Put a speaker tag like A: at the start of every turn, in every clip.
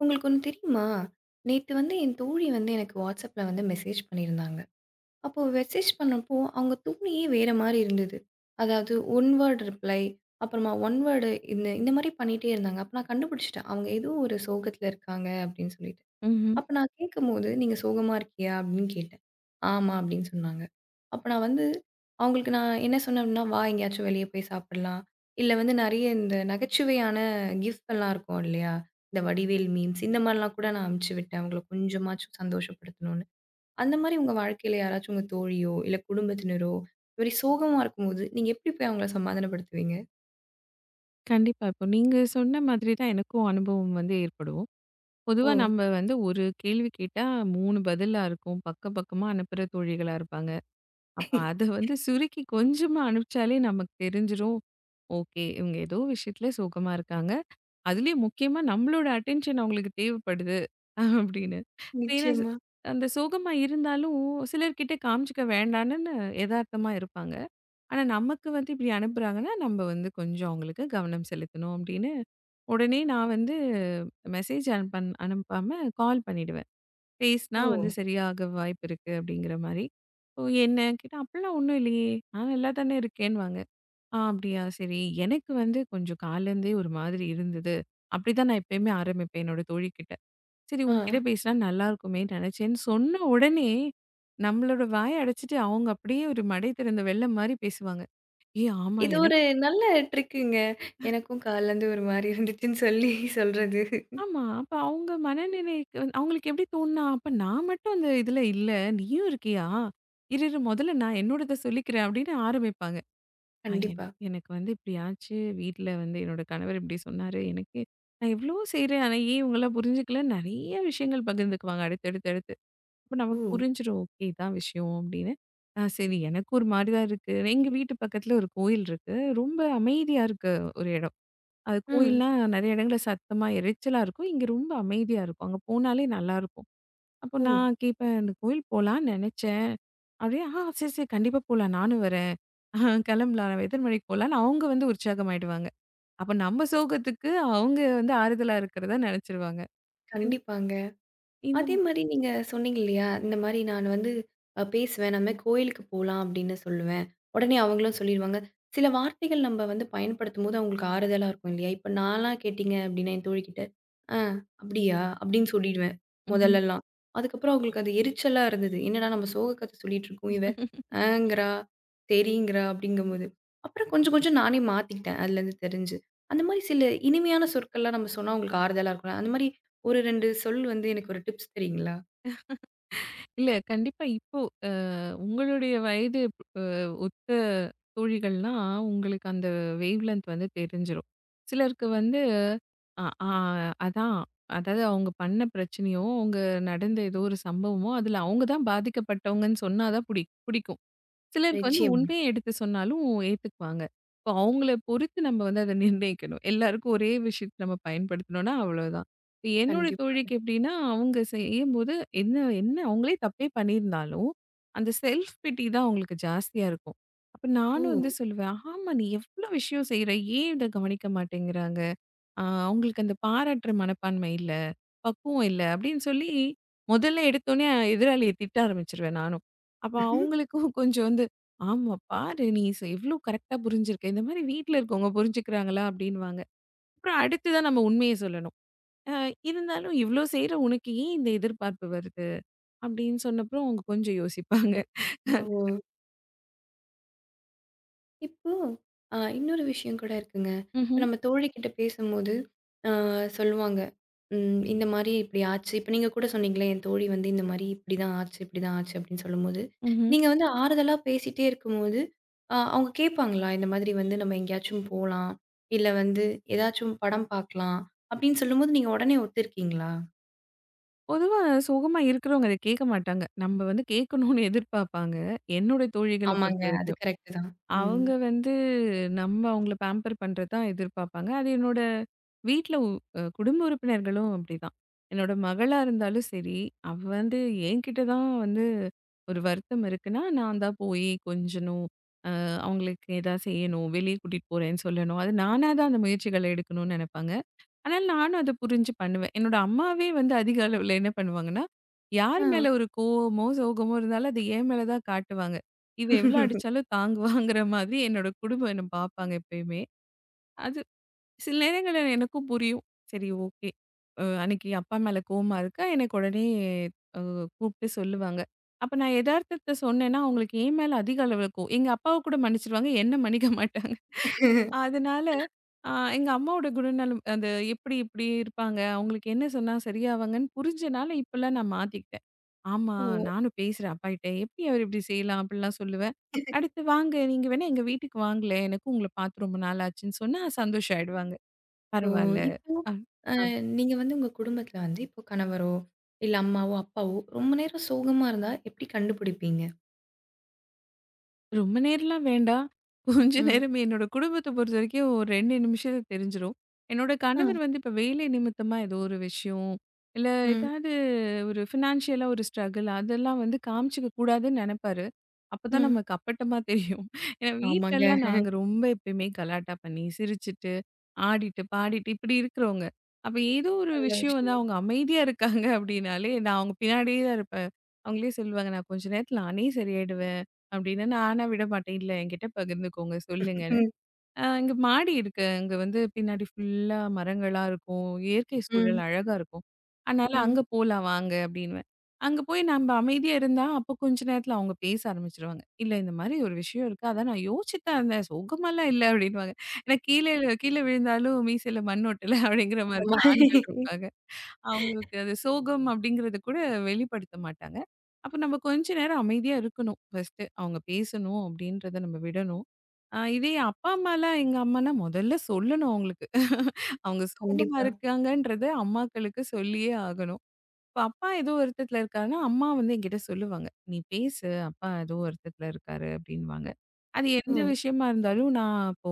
A: உங்களுக்கு ஒண்ணு தெரியுமா? நேத்து வந்து என் தோழி வந்து எனக்கு WhatsAppல வந்து மெசேஜ் பண்ணியிருந்தாங்க. அப்போ மெசேஜ் பண்ணப்போ, அவங்க தோணியே வேற மாரி இருந்தது. அதாவது ஒன் வேர்ட் ரிப்ளை, அப்புறமா ஒன் வேர்டு இந்த இந்த மாரி பண்ணிட்டே இருந்தாங்க. அப்ப நான் கண்டுபிடிச்சுட்டேன், அவங்க ஏதோ ஒரு சோகத்தில இருக்காங்க அப்படின்னு சொல்லி.
B: ம்ஹ்ம்.
A: அப்ப நான் கேட்கும்போது, "நீங்க சோகமா இருக்கியா?" அப்படின்னு கேட்டேன். "ஆமா" அப்படின்னு சொன்னாங்க. அப்ப நான் வந்து அவங்களுக்கு நான் என்ன சொன்னேன் அப்படின்னா, "வா எங்கேயாச்சும் வெளிய போய் சாப்பிடலாம்." இல்ல வந்து நெறைய இந்த நகைச்சுவையான கிஃப்ட் எல்லாம் இருக்கும் இல்லையா? இந்த வடிவேல் மீம்ஸ் இந்த மாரிலாம் கூட நான் அனுப்பிச்சு விட்டேன், அவங்கள கொஞ்சமாச்சும் சந்தோஷப்படுத்தணும்னு. அந்த மாரி உங்க வாழ்க்கையில யாராச்சும் உங்க தோழியோ, இல்ல குடும்பத்தினரோ இந்த மாரி சோகமா இருக்கும்போது, நீங்க எப்படி போய் அவங்கள சமாதானப்படுத்துவீங்க?
B: கண்டிப்பா. இப்போ நீங்க சொன்ன மாதிரி தான் எனக்கும் அனுபவம் வந்து ஏற்படும். பொதுவா
A: ஓ!
B: நம்ம வந்து ஒரு கேள்வி கேட்டா 3 பதிலா இருக்கும். பக்கம் பக்கமா அனுப்புற தோழிகளா இருப்பாங்க. அப்ப அத வந்து சுருக்கி கொஞ்சமா அனுப்பிச்சாலே நமக்கு தெரிஞ்சிரும். ஓகே. இவங்க ஏதோ விஷயத்துல சோகமா இருக்காங்க. அதுலயும் முக்கியமா நம்மளோட அட்டென்ஷன் அவங்களுக்கு தேவைப்படுது அப்படின்னு. ஏன்னா,
A: நிச்சயமா.
B: அந்த சோகமா இருந்தாலும் சிலர்கிட்ட காமிச்சுக்க வேண்டான்னு எதார்த்தமா இருப்பாங்க. ஆனா, நமக்கு வந்து இப்படி அனுப்புறாங்கன்னா, நம்ம வந்து கொஞ்சம் அவங்களுக்கு கவனம் செலுத்தணும் அப்படின்னு, உடனே நான் வந்து மெசேஜ் அனுப்பன் அனுப்பாம கால் பண்ணிடுவேன். பேசினா
A: ஓ!
B: வந்து சரியாக வாய்ப்பு இருக்கு அப்படிங்கிற மாரி. ஓ என்ன கேட்டா, "அப்படிலாம் ஒண்ணும் இல்லையே, நான் நல்லா தானே இருக்கேன்னுவாங்க." "ஆ அப்படியா? சரி. எனக்கு வந்து கொஞ்சம் காலைல இருந்தே ஒரு மாதிரி இருந்தது. அப்படிதான் நான் எப்பயுமே ஆரம்பிப்பேன் என்னோட தோழிக்கிட்ட." சரி
A: ஆ.
B: உன்கிட்ட பேசினா நல்லா இருக்குமேன்னு நினைச்சேன்னு சொன்ன உடனே, நம்மளோட வாய அடைச்சிட்டு அவங்க அப்படியே ஒரு மடை திறந்த வெள்ளம் மாரி பேசுவாங்க. ஏ ஆமா
A: இது
B: எனக்கு
A: ஒரு நல்ல ட்ரிக்குங்க. எனக்கும் கால்லருந்து ஒரு மாரி இருந்துச்சுன்னு சொல்லி சொல்றது.
B: ஆமா. அப்ப அவங்க மனநிலைக்கு வந்து அவங்களுக்கு எப்படி தோணுனா, அப்ப நான் மட்டும் அந்த இதுல இல்ல. நீயும் இருக்கியா? இரு இரு முதல்ல நான் என்னோடத சொல்லிக்கிறேன் அப்படின்னு ஆரம்பிப்பாங்க. அ என்
A: கண்டிப்பா.
B: எனக்கு வந்து இப்படி ஆச்சு. வீட்ல வந்து என்னோட கணவர் இப்படி சொன்னாரு. எனக்கு நான் எவ்வளவோ செய்றேன். ஆனா ஏன் இவங்கலாம் புரிஞ்சுக்கல? நெறைய விஷயங்கள் பகிர்ந்துக்குவாங்க அடுத்தடுத்து அடுத்து. அப்ப
A: ஓ!
B: நமக்கு புரிஞ்சிரும். ஓகே இதான் விஷயம் அப்படின்னு. ஆ சரி எனக்கு ஒரு மாரி தான் இருக்கு. எங்க வீட்டு பக்கத்துல ஒரு கோயில் இருக்கு. ரொம்ப அமைதியா இருக்க ஒரு இடம். அது
A: ம்.
B: கோயில்னா நெறைய இடங்கள்ல சத்தமா, எரைச்சலா இருக்கும். இங்க ரொம்ப அமைதியா இருக்கும். அங்க போனாலே நல்லாருக்கும். அப்போ
A: ஓ!
B: நான் கேட்பேன், "இந்த கோயில் போலான்னு நெனச்சேன்." அப்படியே, "ஆ சரி, சரி கண்டிப்பா போலாம். நானும் வரேன். கிளம்பலாம். நம்ம எத்தன மணிக்கு போலாம்ன்னு?" அவங்க வந்து உற்சாகமாயிடுவாங்க. அப்ப நம்ம சோகத்துக்கு அவங்க வந்து ஆறுதலா இருக்கிறதா நெனச்சுருவாங்க. இந்
A: கண்டிப்பாங்க.
B: இந்த
A: அதே மாரி நீங்க சொன்னீங்க இல்லையா? இந்த மாரி நான் வந்து பேசுவேன். நம்ம கோயிலுக்கு போலாம் அப்படின்னு சொல்லுவேன். உடனே அவங்களும் சொல்லிருவாங்க. சில வார்த்தைகள் நம்ம வந்து பயன்படுத்தும்போது அவங்களுக்கு ஆறுதலா இருக்கும் இல்லையா? இப்ப நான்லாம் கேட்டீங்க அப்படின்னா என் தோழிகிட்ட, "ஆ அப்படியா?" அப்படின்னு சொல்லிடுவேன்
B: ம்.
A: முதல்லலாம். அதுக்கப்புறம் அவங்களுக்கு அது எரிச்சலா இருந்தது. என்னடா நம்ம சோக கத சொல்லிட்டு இருக்கோம். இவ ஆங்கிறா, சரிங்கிறா அப்படிங்கும்போது. அப்புறம் கொஞ்சம் கொஞ்சம் நானே மாத்திக்கிட்டேன் அதுலேருந்து தெரிஞ்சு. அந்த மாரி சில இனிமையான சொற்கள்லாம் நம்ம சொன்னா அவங்களுக்கு ஆறுதலா இருக்கும்ல. அந்த மாரி ஒரு 2 சொல் வந்து எனக்கு ஒரு டிப்ஸ் தரீங்களா?
B: இல்ல கண்டிப்பா இப்போ அ உங்களுடைய வயது அ ஒத்த தோழிகள்னா, உங்களுக்கு அந்த வேவ் லென்த் வந்து தெரிஞ்சிரும். சிலருக்கு வந்து அ ஆ அதான். அதாவது அவங்க பண்ண பிரச்சனையோ, அவங்க நடந்த ஏதோ ஒரு சம்பவமோ, அதுல அவங்க தான் பாதிக்கப்பட்டவங்கன்னு சொன்னா தான் புடிக்கும். சிலருக்கு வந்து
A: நிச்சயமா.
B: உண்மையை எடுத்து சொன்னாலும் ஏத்துக்குவாங்க. இப்போ அவங்கள பொறுத்து நம்ம வந்து அத நிர்ணயிக்கணும். எல்லாருக்கும் ஒரே விஷயத்த நம்ம பயன்படுத்தினோம்னா அவ்வளோதான். இப்ப என்னோட
A: கண்டிப்பாங்க.
B: தோழிக்கு எப்படின்னா, அவங்க செய்யும்போது என்ன என்ன அவங்களே தப்பே பண்ணியிருந்தாலும், அந்த செல்ஃப் பிட்டி தான் அவங்களுக்கு ஜாஸ்தியா இருக்கும். அப்ப
A: ஓ!
B: நானும் வந்து சொல்லுவேன், "ஆமா நீ எவ்ளோ விஷயம் செய்ற. ஏன் இத கவனிக்க மாட்டேங்கிறாங்க?" அவங்களுக்கு அந்த பாராட்டுற மனப்பான்மை இல்ல. பக்குவம் இல்ல அப்படின்னு சொல்லி, முதல்ல எடுத்தோனே எதிராளிய திட்ட ஆரம்பிச்சுருவேன் நானும். அப்ப அவங்களுக்கும் கொஞ்சம் வந்து, "ஆமா பாரு நீ ஸ் எவ்ளோ கரெக்ட்டா புரிஞ்சிருக்க. இந்த மாரி வீட்ல இருக்கவங்க புரிஞ்சுக்கிறாங்களா?" அப்படின்னுவாங்க. அப்புறம் அடுத்து தான் நம்ம உண்மைய சொல்லணும். "அ இருந்தாலும் இவ்ளோ செய்ற உனக்கு ஏன் இந்த எதிர்பார்ப்பு வருது?" அப்படின்னு சொன்னப்புறம் அவங்க கொஞ்சம் யோசிப்பாங்க.
A: ஓ! இப்போ இன்னொரு விஷயம் கூட இருக்குங்க. இப்ப
B: ம்ஹ்ம்,
A: நம்ம தோழிகிட்ட பேசும்போது, அ சொல்லுவாங்க. ம் இந்த மாரி இப்படி ஆச்சு. இப்ப நீங்க கூட சொன்னீங்களே, என் தோழி வந்து இந்த மாரி இப்படிதான் ஆச்சு, இப்படிதான் ஆச்சு அப்படின்னு சொல்லும்போது,
B: ம்ஹ்ம்.
A: நீங்க வந்து ஆறுதலா பேசிட்டே இருக்கும்போது, அவங்க கேட்பாங்களா? இந்த மாதிரி வந்து நம்ம எங்கேயாச்சும் போலாம். இல்ல வந்து ஏதாச்சும் படம் பார்க்கலாம் அப்படின்னு சொல்லும்போது, நீங்க உடனே ஒத்துருக்கீங்களா?
B: பொதுவா சுகமா இருக்கிறவங்க அத கேட்க மாட்டாங்க. நம்ம வந்து கேட்கணும்னு எதிர்பார்ப்பாங்க. என்னோட தோழிகள
A: ஆமாங்க. அது
B: பொறுத்தவரைக்கும்.
A: கரெக்ட்டு தான். ம்.
B: அவங்க வந்து நம்ம அவங்கள பேம்பர் பண்றது தான் எதிர்பார்ப்பாங்க. அது என்னோட வீட்ல உ அ குடும்ப உறுப்பினர்களும் அப்படிதான். என்னோட மகளா இருந்தாலும் சரி, அவ வந்து என்கிட்ட தான் வந்து ஒரு வருத்தம் இருக்குன்னா, நான் தான் போய் கொஞ்சணும், அவங்களுக்கு ஏதாவது செய்யணும், வெளியே கூட்டிட்டு போறேன்னு சொல்லணும். அது நானா தான் அந்த முயற்சிகள எடுக்கணும்னு நெனைப்பாங்க. ஆனால் நானும் அத புரிஞ்சு பண்ணுவேன். என்னோட அம்மாவே வந்து அதிக அளவுல என்ன பண்ணுவாங்கன்னா, யார்
A: ஆ.
B: மேல ஒரு கோவமோ, சோகமோ இருந்தாலும் அது என் மேல தான் காட்டுவாங்க. இவ எவ்வளோ அடிச்சாலும் தாங்குவாங்கிற மாதிரி என்னோட குடும்பம் என்ன பார்ப்பாங்க எப்பயுமே. அது சில நேரங்கள்ல எனக்கும் புரியும். சரி ஓகே. அன்னைக்கு அப்பா மேல கோவமா இருக்கா, எனக்கு உடனே அ கூப்பிட்டு சொல்லுவாங்க. அப்ப நான் எதார்த்தத்த சொன்னேன்னா, அவங்களுக்கு என் மேல அதிக அளவுல கோவம். எங்க அப்பாவ கூட மன்னிச்சுருவாங்க, என்ன மன்னிக்க மாட்டாங்க. அதனால எங்க அம்மாவோட குணநலம் அந்த எப்படி இப்படி இருப்பாங்க, அவங்களுக்கு என்ன சொன்னா சரியாவாங்கன்னு புரிஞ்சனால இப்பலாம் நான் மாத்திக்கிட்டேன். ஆமா,
A: ஓ!
B: நானும் பேசுறேன் அப்பாகிட்ட. எப்படி அவர் இப்படி செய்யலாம் அப்படிலாம் சொல்லுவேன். அடுத்து வாங்க நீங்க வேணா எங்க வீட்டுக்கு வாங்களேன். எனக்கும் உங்கள பார்த்து ரொம்ப நாள் ஆச்சுன்னு சொன்னா சந்தோஷம் ஆயிடுவாங்க.
A: ஓ!
B: பரவால்ல.
A: இப்போ
B: அ.
A: அ நீங்க வந்து உங்க குடும்பத்தில வந்து இப்போ கணவரோ, இல்ல அம்மாவோ, அப்பாவோ ரொம்ப நேரம் சோகமா இருந்தா எப்படி கண்டுபிடிப்பீங்க?
B: ரொம்ப நேரம்லாம் வேண்டாம். கொஞ்ச
A: ம்.
B: நேரம் என்னோட குடும்பத்த பொறுத்தவரைக்கும் ஒரு 2 நிமிஷத்துல தெரிஞ்சிரும். என்னோட
A: ஆ,
B: கணவர் வந்து இப்ப வேலை நிமித்தமா ஏதோ ஒரு விஷயம், இல்ல
A: ம்,
B: ஏதாவது ஒரு ஃபினான்ஷியலா ஒரு ஸ்ட்ரகிள் அதெல்லாம் வந்து காமிச்சுக்க கூடாதுன்னு நெனைப்பாரு. அப்பதான்
A: ம்.
B: நமக்கு அப்பட்டமா தெரியும். ஏன்னா
A: ஆமாங்க.
B: வீட்லலாம் நாங்க ரொம்ப எப்பயுமே கலாட்டா பண்ணி, சிரிச்சுட்டு, ஆடிட்டு, பாடிட்டு இப்படி இருக்கிறவங்க. அப்ப ஏதோ ஒரு
A: நல்ல
B: விஷயம் வந்து
A: விஷயம்.
B: அவங்க அமைதியா இருக்காங்க அப்படின்னாலே நான் அவங்க பின்னாடியே தான் இருப்பேன். அவங்களே சொல்லுவாங்க, "நான் கொஞ்ச நேரத்துல நானே சரியாயிடுவேன்." அப்படின்னு நானா விட மாட்டேன். "இல்ல என்கிட்ட பகிர்ந்துக்கோங்க, சொல்லுங்கன்னு."
A: ம்,
B: இங்க மாடி இருக்கு. அங்க வந்து பின்னாடி ஃபுல்லா மரங்களா இருக்கும். இயற்கை சூழல்
A: ம்,
B: அழகா இருக்கும். அதனால
A: ம்.
B: "அங்க போலாம் வாங்க" அப்படின்னுவேன். அங்க போய் நம்ப அமைதியா இருந்தா, அப்போ கொஞ்ச நேரத்துல அவங்க பேச ஆரம்பிச்சுருவாங்க. "இல்ல இந்த மாரி ஒரு விஷயம் இருக்கு. அதான் நான் யோசிச்சுட்டு தான் இருந்தேன். சுகமாலாம் இல்ல" அப்படின்னுவாங்க. ஏன்னா கீழேல கீழ விழுந்தாலும் மீசையில மண் ஒட்டல அப்படிங்கிற மாரி
A: ஆமா.
B: தான் ஆண்கள் இருப்பாங்க. அவங்களுக்கு அது சோகம் அப்படிங்கிறத கூட வெளிப்படுத்த மாட்டாங்க. அப்ப நம்ம கொஞ்ச நேரம் அமைதியா இருக்கணும் ஃபர்ஸ்ட்டு. அவங்க பேசணும் அப்படின்றத நம்ம விடணும். இதே அப்பா, அம்மாலாம் எங்க அம்மாலாம் முதல்ல சொல்லணும் அவங்களுக்கு. அவங்க சோகமா
A: கண்டிப்பா.
B: இருக்காங்கன்றத அம்மாக்களுக்கு சொல்லியே ஆகணும். இப்ப அப்பா ஏதோ வருத்தத்துல இருக்காருன்னா, அம்மா வந்து என்கிட்ட சொல்லுவாங்க. "நீ பேசு அப்பா ஏதோ வருத்தத்துல இருக்காரு" அப்படின்னுவாங்க. அது எந்த
A: ஓ!
B: விஷயமா இருந்தாலும் நான் அப்போ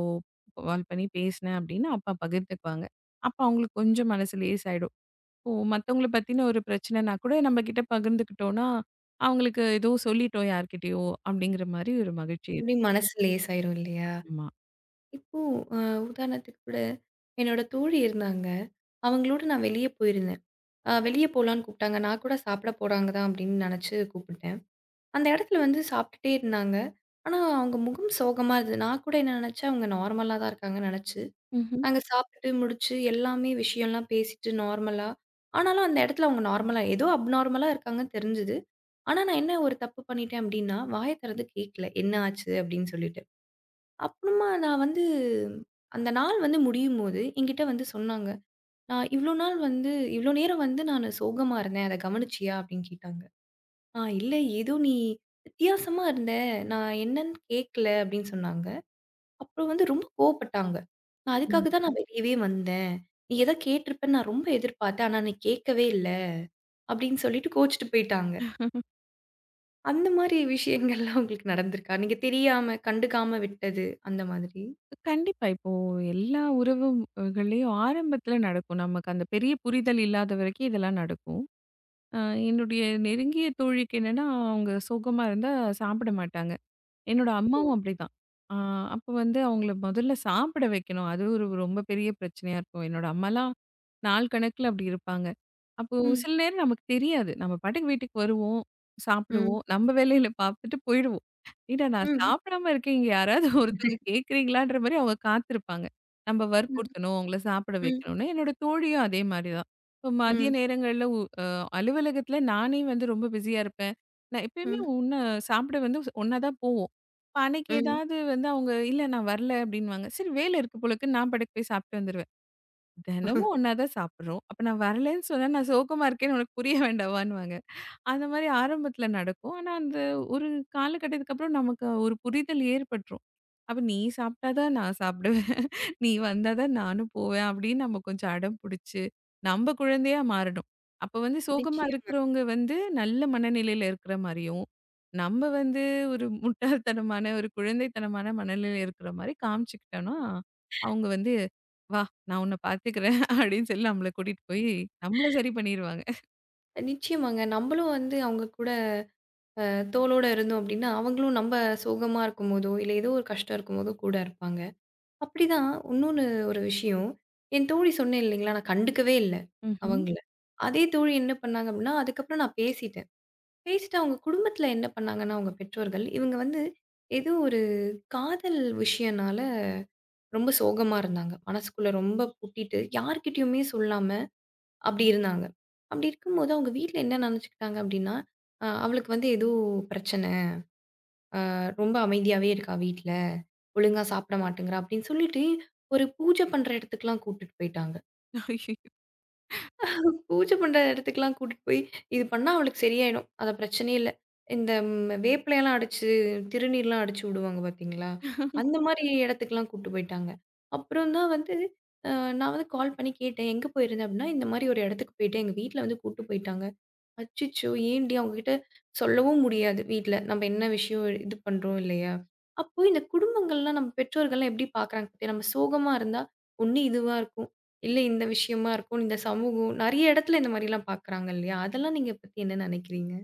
B: கால் பண்ணி பேசினேன் அப்படின்னா, அப்பா பகிர்ந்துக்குவாங்க. அப்ப அவங்களுக்கு கொஞ்சம் மனசு லேசாயிடும். ஓ! மத்தவங்கள பத்தின ஒரு பிரச்சனைனா கூட நம்ம கிட்ட பகிர்ந்துக்கிட்டோம்னா, அவங்களுக்கு ஏதோ சொல்லிட்டோம் யார்கிட்டயோ அப்படிங்கிற மாரி ஒரு மகிழ்ச்சி இருக்கும்.
A: அப்படியே மனசு லேசாயிரும் இல்லையா?
B: ஆமா.
A: இப்போ அ உதாரணத்துக்கு கூட என்னோட தோழி இருந்தாங்க. அவங்களோட நான் வெளிய போயிருந்தேன். வெளிய போலான்னு கூப்பிட்டாங்க. நான் கூட சாப்பிட போறாங்க தான் அப்படின்னு நினச்சு கூப்பிட்டேன். அந்த இடத்துல வந்து சாப்பிட்டுட்டே இருந்தாங்க. ஆனா, அவங்க முகம் சோகமா இருந்தது. நான் கூட என்ன நினைச்சேன், அவங்க நார்மலா தான் இருக்காங்கன்னு நினைச்சு,
B: ம்ஹ்ம்.
A: நாங்க சாப்பிட்டு முடிச்சு எல்லாமே விஷயம்லாம் பேசிட்டு நார்மலா. ஆனாலும் அந்த இடத்துல அவங்க நார்மலா ஏதோ அப்நார்மலா இருக்காங்கன்னு தெரிஞ்சது. ஆனா, நான் என்ன ஒரு தப்பு பண்ணிட்டேன் அப்டின்னா, வாய திறந்து கேட்கல. "என்ன ஆச்சு?" அப்டின்னு சொல்லிட்டு. அப்புறமா நான் வந்து அந்த நாள் வந்து முடியும்போது என்கிட்ட வந்து சொன்னாங்க. "நான் இவ்ளோ நாள் வந்து இவ்ளோ நேரம் வந்து நானு சோகமா இருந்தேன். அத கவனிச்சியா?" அப்டின்னு கேட்டாங்க. ஆ இல்ல ஏதோ நீ வித்தியாசமா இருந்த. நான் என்னன்னு கேட்கல அப்படின்னு சொன்னாங்க. அப்புறம் வந்து ரொம்ப கோவப்பட்டாங்க. நான் அதுக்காக தான் நான் வெளியவே வந்தேன். நீ ஏதோ கேட்டிருப்பன்னு நான் ரொம்ப எதிர்பார்த்தேன். ஆனா நீ கேட்கவே இல்ல அப்படின்னு சொல்லிட்டு கோவிச்சுட்டு போயிட்டாங்க. அந்த மாரி விஷயங்கள்லாம் உங்களுக்கு நடந்திருக்கா? நீங்க தெரியாம, கண்டுக்காம விட்டது அந்த மாதிரி?
B: கண்டிப்பா. இப்போ எல்லா உறவுகள்லயும் ஆரம்பத்துல நடக்கும். நமக்கு அந்த பெரிய புரிதல் இல்லாத வரைக்கும் இதெல்லாம் நடக்கும். அ என்னுடைய நெருங்கிய தோழிக்கு என்னன்னா, அவங்க சோகமா இருந்தா சாப்பிட மாட்டாங்க. என்னோட அம்மாவும் அப்படிதான். ஆ அப்போ வந்து அவங்கள முதல்ல சாப்பிட வைக்கணும். அது ஒரு ரொம்ப பெரிய பிரச்சனையா இருக்கும். என்னோட அம்மாலாம் நாள் கணக்குல அப்படி இருப்பாங்க. அப்போ
A: ம்,
B: சில நேரம் நமக்கு தெரியாது. நம்ம பாட்டுக்கு வீட்டுக்கு வருவோம்,
A: ம்,
B: சாப்பிடுவோம், நம்ம வேலையில பார்த்துட்டு போயிடுவோம். ஏன்டா நான்
A: ம்,
B: சாப்பிடாம இருக்கேன், இங்க யாராவது ஒருத்தவங்க கேட்குறீங்களான்ற மாரி அவங்க காத்திருப்பாங்க. நம்ம
A: ம்,
B: வற்புறுத்தணும், அவங்கள சாப்பிட
A: ம்,
B: வைக்கணும்னு. என்னோட தோழியும் அதே மாரி தான். இப்போ மதிய
A: ம்,
B: நேரங்கள்ல உ அ அலுவலகத்தில நானே வந்து ரொம்ப பிஸியா இருப்பேன். நான் எப்பயுமே
A: ம்,
B: உன்ன சாப்பிட வந்து ஒண்ணா தான் போவோம். இப்ப அன்னைக்கு
A: ம்.
B: ஏதாவது வந்து அவங்க இல்ல நான் வரல அப்படின்னுவாங்க. சரி வேலை இருக்கு போல இருக்குன்னு நான் பாட்டுக்கு போய் சாப்பிட்டு வந்துருவேன். தினமும் ஒண்ணா தான் சாப்பிடுறோம். அப்ப நான் வரலன்னு சொன்னா நான் சோகமா இருக்கேன்னு உனக்கு புரிய வேண்டாவான்னுவாங்க. அந்த மாதிரி ஆரம்பத்துல நடக்கும். ஆனா அந்த ஒரு காலகட்டத்துக்கு அப்புறம் நமக்கு ஒரு புரிதல் ஏற்பட்டுரும். அப்ப நீ சாப்பிட்டா தான் நான் சாப்பிடுவேன். நீ வந்தா தான் நானும் போவேன் அப்படின்னு நம்ம கொஞ்சம் அடம் புடிச்சு, நம்ம குழந்தையா மாறணும். அப்ப வந்து சோகமா
A: நிச்சயம்
B: இருக்கிறவங்க வந்து நல்ல மனநிலையில இருக்கிற மாரியும், நம்ம வந்து ஒரு முட்டாள்தனமான, ஒரு குழந்தைத்தனமான மனநிலையில இருக்கிற மாரி காமிச்சுக்கிட்டோம்னா, அவங்க வந்து, "வா! நான் உன்ன பார்த்துக்கிறேன்" அப்படின்னு சொல்லி நம்மள கூட்டிட்டு போய் நம்மள சரி பண்ணிருவாங்க.
A: நிச்சயமாங்க. நம்மளும் வந்து அவங்க கூட தோளோட இருந்தோம் அப்படின்னா, அவங்களும் நம்ம சோகமா இருக்கும்போதோ, இல்ல ஏதோ ஒரு கஷ்டம் இருக்கும்போதோ கூட இருப்பாங்க. அப்படிதான் இன்னொன்னு ஒரு விஷயம். என் தோழி சொன்னேன் இல்லைங்களா, நான் கண்டுக்கவே இல்ல
B: ம்ஹ்ம்.
A: அவங்கள. அதே தோழி என்ன பண்ணாங்க அப்படின்னா, அதுக்கப்புறம் நான் பேசிட்டேன். பேசிட்டு அவங்க குடும்பத்துல என்ன பண்ணாங்கன்னா, அவங்க பெற்றோர்கள், இவங்க வந்து ஏதோ ஒரு காதல் விஷயம்னால ரொம்ப சோகமா இருந்தாங்க. மனசுக்குள்ள ரொம்ப பூட்டிட்டு யார்கிட்டயுமே சொல்லாம அப்படி இருந்தாங்க. அப்படி இருக்கும்போது அவங்க வீட்ல என்ன நினைச்சுக்கிட்டாங்க அப்படின்னா, அவளுக்கு வந்து ஏதோ பிரச்சனை. ரொம்ப அமைதியாவே இருக்கா வீட்ல. ஒழுங்கா சாப்பிட மாட்டேங்கிறா அப்படின்னு சொல்லிட்டு, ஒரு பூஜை பண்ற இடத்துக்குலாம் கூட்டிட்டு போயிட்டாங்க.
B: ஐயய்யோ!
A: பூஜை பண்ற இடத்துக்குலாம் கூட்டிட்டு போய், இது பண்ணா அவளுக்கு சரியாயிடும். அது பிரச்சனையே இல்ல. இந்த ம் வேப்பிலையெல்லாம் அடிச்சு, திருநீர்லாம் அடிச்சு விடுவாங்க பார்த்தீங்களா? அந்த மாரி இடத்துக்குலாம் கூட்டு போயிட்டாங்க. அப்புறம் தான் வந்து அ நான் வந்து கால் பண்ணி கேட்டேன். எங்க போயிருந்த? அப்படின்னா, இந்த மாரி ஒரு இடத்துக்கு போயிட்டேன். எங்க வீட்ல வந்து கூட்டு போயிட்டாங்க. அச்சச்சோ! ஏன்டி? அவங்ககிட்ட சொல்லவும் முடியாது வீட்ல. நம்ம என்ன விஷயம் இது பண்றோம் இல்லையா? அப்போ இந்த குடும்பங்கள்லாம் நம்ம பெற்றோர்கள்லாம் எப்படி பார்க்குறாங்க பாத்தியா? நம்ம சோகமா இருந்தா, ஒண்ணு இதுவா இருக்கும். இல்ல இந்த விஷயமா இருக்கும். இந்த சமூகம் நெறைய இடத்துல இந்த மாரிலாம் பார்க்குறாங்க இல்லையா? அதெல்லாம் நீங்க பத்தி என்ன நினைக்கிறீங்க?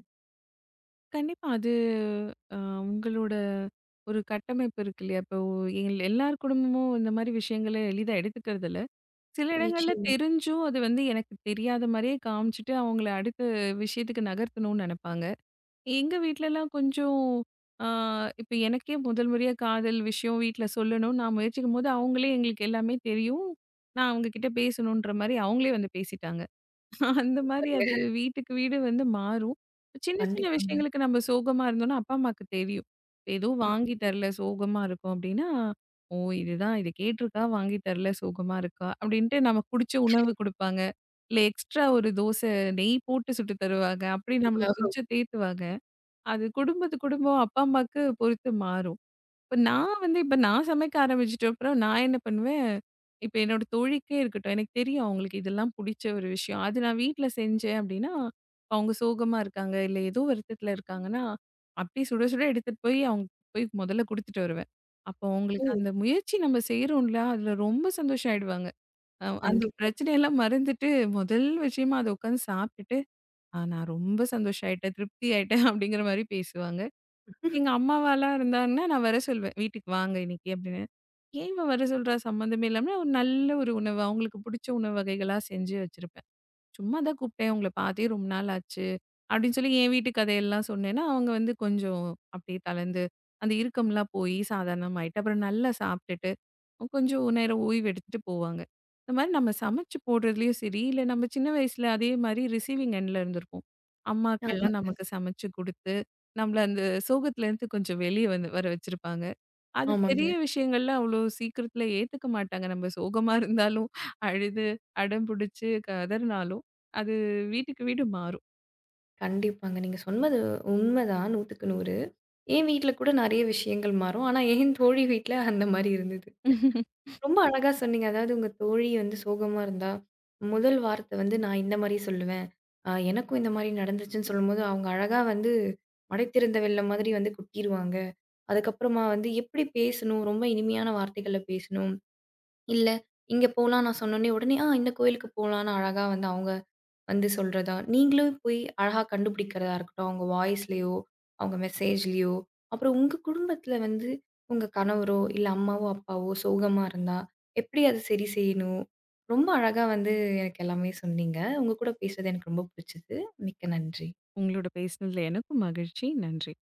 B: கண்டிப்பா. அது அ உங்களோட ஒரு கட்டமைப்பு இருக்கு இல்லையா? இப்போ எல்லார் குடும்பமும் இந்த மாரி விஷயங்கள எளிதா எடுத்துக்கிறதில்ல. சில இடங்கள்ல
A: நிச்சயமா
B: தெரிஞ்சும் அது வந்து எனக்கு தெரியாத மாரியே காமிச்சுட்டு, அவங்கள அடுத்த விஷயத்துக்கு நகர்த்தணும்னு நெனப்பாங்க. எங்க வீட்லலாம் கொஞ்சம் ஆ இப்ப எனக்கே முதல் முறையா காதல் விஷயம் வீட்ல சொல்லணும். நான் முயற்சிக்கும்போது, அவங்களே எங்களுக்கு எல்லாமே தெரியும். நான் அவங்க கிட்ட பேசணுன்ற மாரி அவங்களே வந்து பேசிட்டாங்க. அந்த மாரி அது
A: பாருங்க.
B: வீட்டுக்கு வீடு வந்து மாறும். சின்ன சின்ன
A: கண்டிப்பாங்க.
B: விஷயங்களுக்கு நம்ம சோகமா இருந்தோம்னா, அப்பா அம்மாக்கு தெரியும். ஏதோ வாங்கி தரல சோகமா இருக்கும் அப்டின்னா, "ஓ! இதுதான் இத கேட்டிருக்கா, வாங்கி தரல சோகமா இருக்கா" அப்டின்ட்டு நமக்கு புடிச்ச உணவு குடுப்பாங்க. இல்ல எக்ஸ்ட்ரா ஒரு தோசை நெய் போட்டு சுட்டு தருவாங்க. அப்டி நம்மள கொஞ்சம் தேத்துவாங்க. அது குடும்பத்து குடும்பம் அப்பா அம்மாக்கு பொறுத்து மாறும். இப்ப நான் வந்து இப்ப நான் சமைக்க ஆரம்பிச்சுட்ட அப்புறம் நான் என்ன பண்ணுவேன், இப்ப என்னோட தோழிக்கே இருக்கட்டும், எனக்கு தெரியும் அவங்களுக்கு இதெல்லாம் புடிச்ச ஒரு விஷயம். அது நான் வீட்ல செஞ்சேன் அப்டின்னா, அவங்க சோகமா இருக்காங்க, இல்ல ஏதோ வருத்தத்துல இருக்காங்கன்னா, அப்டியே சுட சுட எடுத்துட்டு போய் அவங்க போய் முதல்ல குடுத்துட்டு வருவேன். அப்போ அவங்களுக்கு
A: ம்.
B: அந்த முயற்சி நம்ம செய்றோம்ல, அதுல ரொம்ப சந்தோஷம் ஆயிடுவாங்க. அந்த
A: கண்டிப்பா.
B: பிரச்சனையெல்லாம் மறந்துட்டு முதல் விஷயமா அத உட்காந்து சாப்ட்டுட்டு, "ஆ நான் ரொம்ப சந்தோஷம் ஆயிட்டேன், திருப்தி ஆயிட்டேன்" அப்டிங்கிற மாரி பேசுவாங்க. எங்க அம்மாவாலாம் இருந்தாங்கன்னா, நான் வர சொல்வேன். "வீட்டுக்கு வாங்க இன்னைக்கு" அப்படின்னு. "ஏன் இவ வர சொல்றா சம்மந்தமே இல்லாம" ஒரு நல்ல ஒரு உணவு, அவங்களுக்கு பிடிச்ச உணவு வகைகளா செஞ்சு வச்சிருப்பேன். சும்மா தான் கூப்பிட்டேன். "உங்கள பார்த்தே ரொம்ப நாள் ஆச்சு" அப்படின்னு சொல்லி என் வீட்டு கதையெல்லாம் சொன்னேன்னா, அவங்க வந்து கொஞ்சம் அப்படியே தளர்ந்து, அந்த இறுக்கம்லாம் போய் சாதாரணமாயிட்டு, அப்புறம் நல்லா சாப்பிட்டுட்டு கொஞ்சம் நேரம் ஓய்வு எடுத்துட்டு போவாங்க. இந்த மாரி நம்ம சமைச்சு போடுறதுலயும் சரி, இல்ல நம்ம சின்ன வயசுல அதே மாரி ரிசீவிங் எண்ட்ல இருந்திருப்போம். அம்மாக்கள்லாம்
A: ஆமாங்க,
B: நமக்கு சமைச்சு குடுத்து, நம்மள அந்த சோகத்துலேருந்து கொஞ்சம் வெளிய வந்து வர வச்சிருப்பாங்க. அது பெரிய
A: ஆமாங்க.
B: விஷயங்கள்லாம் அவ்வளோ சீக்கிரத்துல ஏத்துக்க மாட்டாங்க. நம்ம சோகமா இருந்தாலும், அழுது, அடம் புடிச்சு கதறினாலும், அது வீட்டுக்கு வீடு மாறும்.
A: கண்டிப்பாங்க. நீங்க சொன்னது உண்மதான் 100க்கு 100. என் வீட்ல கூட நெறைய விஷயங்கள் மாறும். ஆனா என் தோழி வீட்ல அந்த மாரி இருந்தது. ரொம்ப அழகா சொன்னீங்க. அதாவது உங்க தோழி வந்து சோகமா இருந்தா, முதல் வார்த்தை வந்து நான் இந்த மாரி சொல்லுவேன். எனக்கும் இந்த மாரி நடந்துச்சுன்னு சொல்லும்போது, அவங்க அழகா வந்து மடை திறந்த வெள்ளம் மாதிரி வந்து கொட்டிருவாங்க. அதுக்கப்புறமா வந்து எப்படி பேசணும், ரொம்ப இனிமையான வார்த்தைகள்ல பேசணும். இல்ல இங்க போலாம் நான் சொன்னோனே, உடனே "ஆ இந்த கோயிலுக்கு போலாம்ன்னு" அழகா வந்து அவங்க வந்து சொல்றதா, நீங்களும் போய் அழகா கண்டுபிடிக்கிறதா இருக்கட்டும், அவங்க வாய்ஸ்லயோ, அவங்க மெசேஜ்லயோ, அப்புறம் உங்க குடும்பத்தில வந்து உங்க கணவரோ, இல்ல அம்மாவோ, அப்பாவோ சோகமா இருந்தா, எப்படி அத சரி செய்யணும்? ரொம்ப அழகா வந்து எனக்கு எல்லாமே சொன்னீங்க. உங்க கூட பேசுனது எனக்கு ரொம்ப பிடிச்சது. மிக்க நன்றி.
B: உங்களோட பேசினதுல எனக்கும் மகிழ்ச்சி. நன்றி.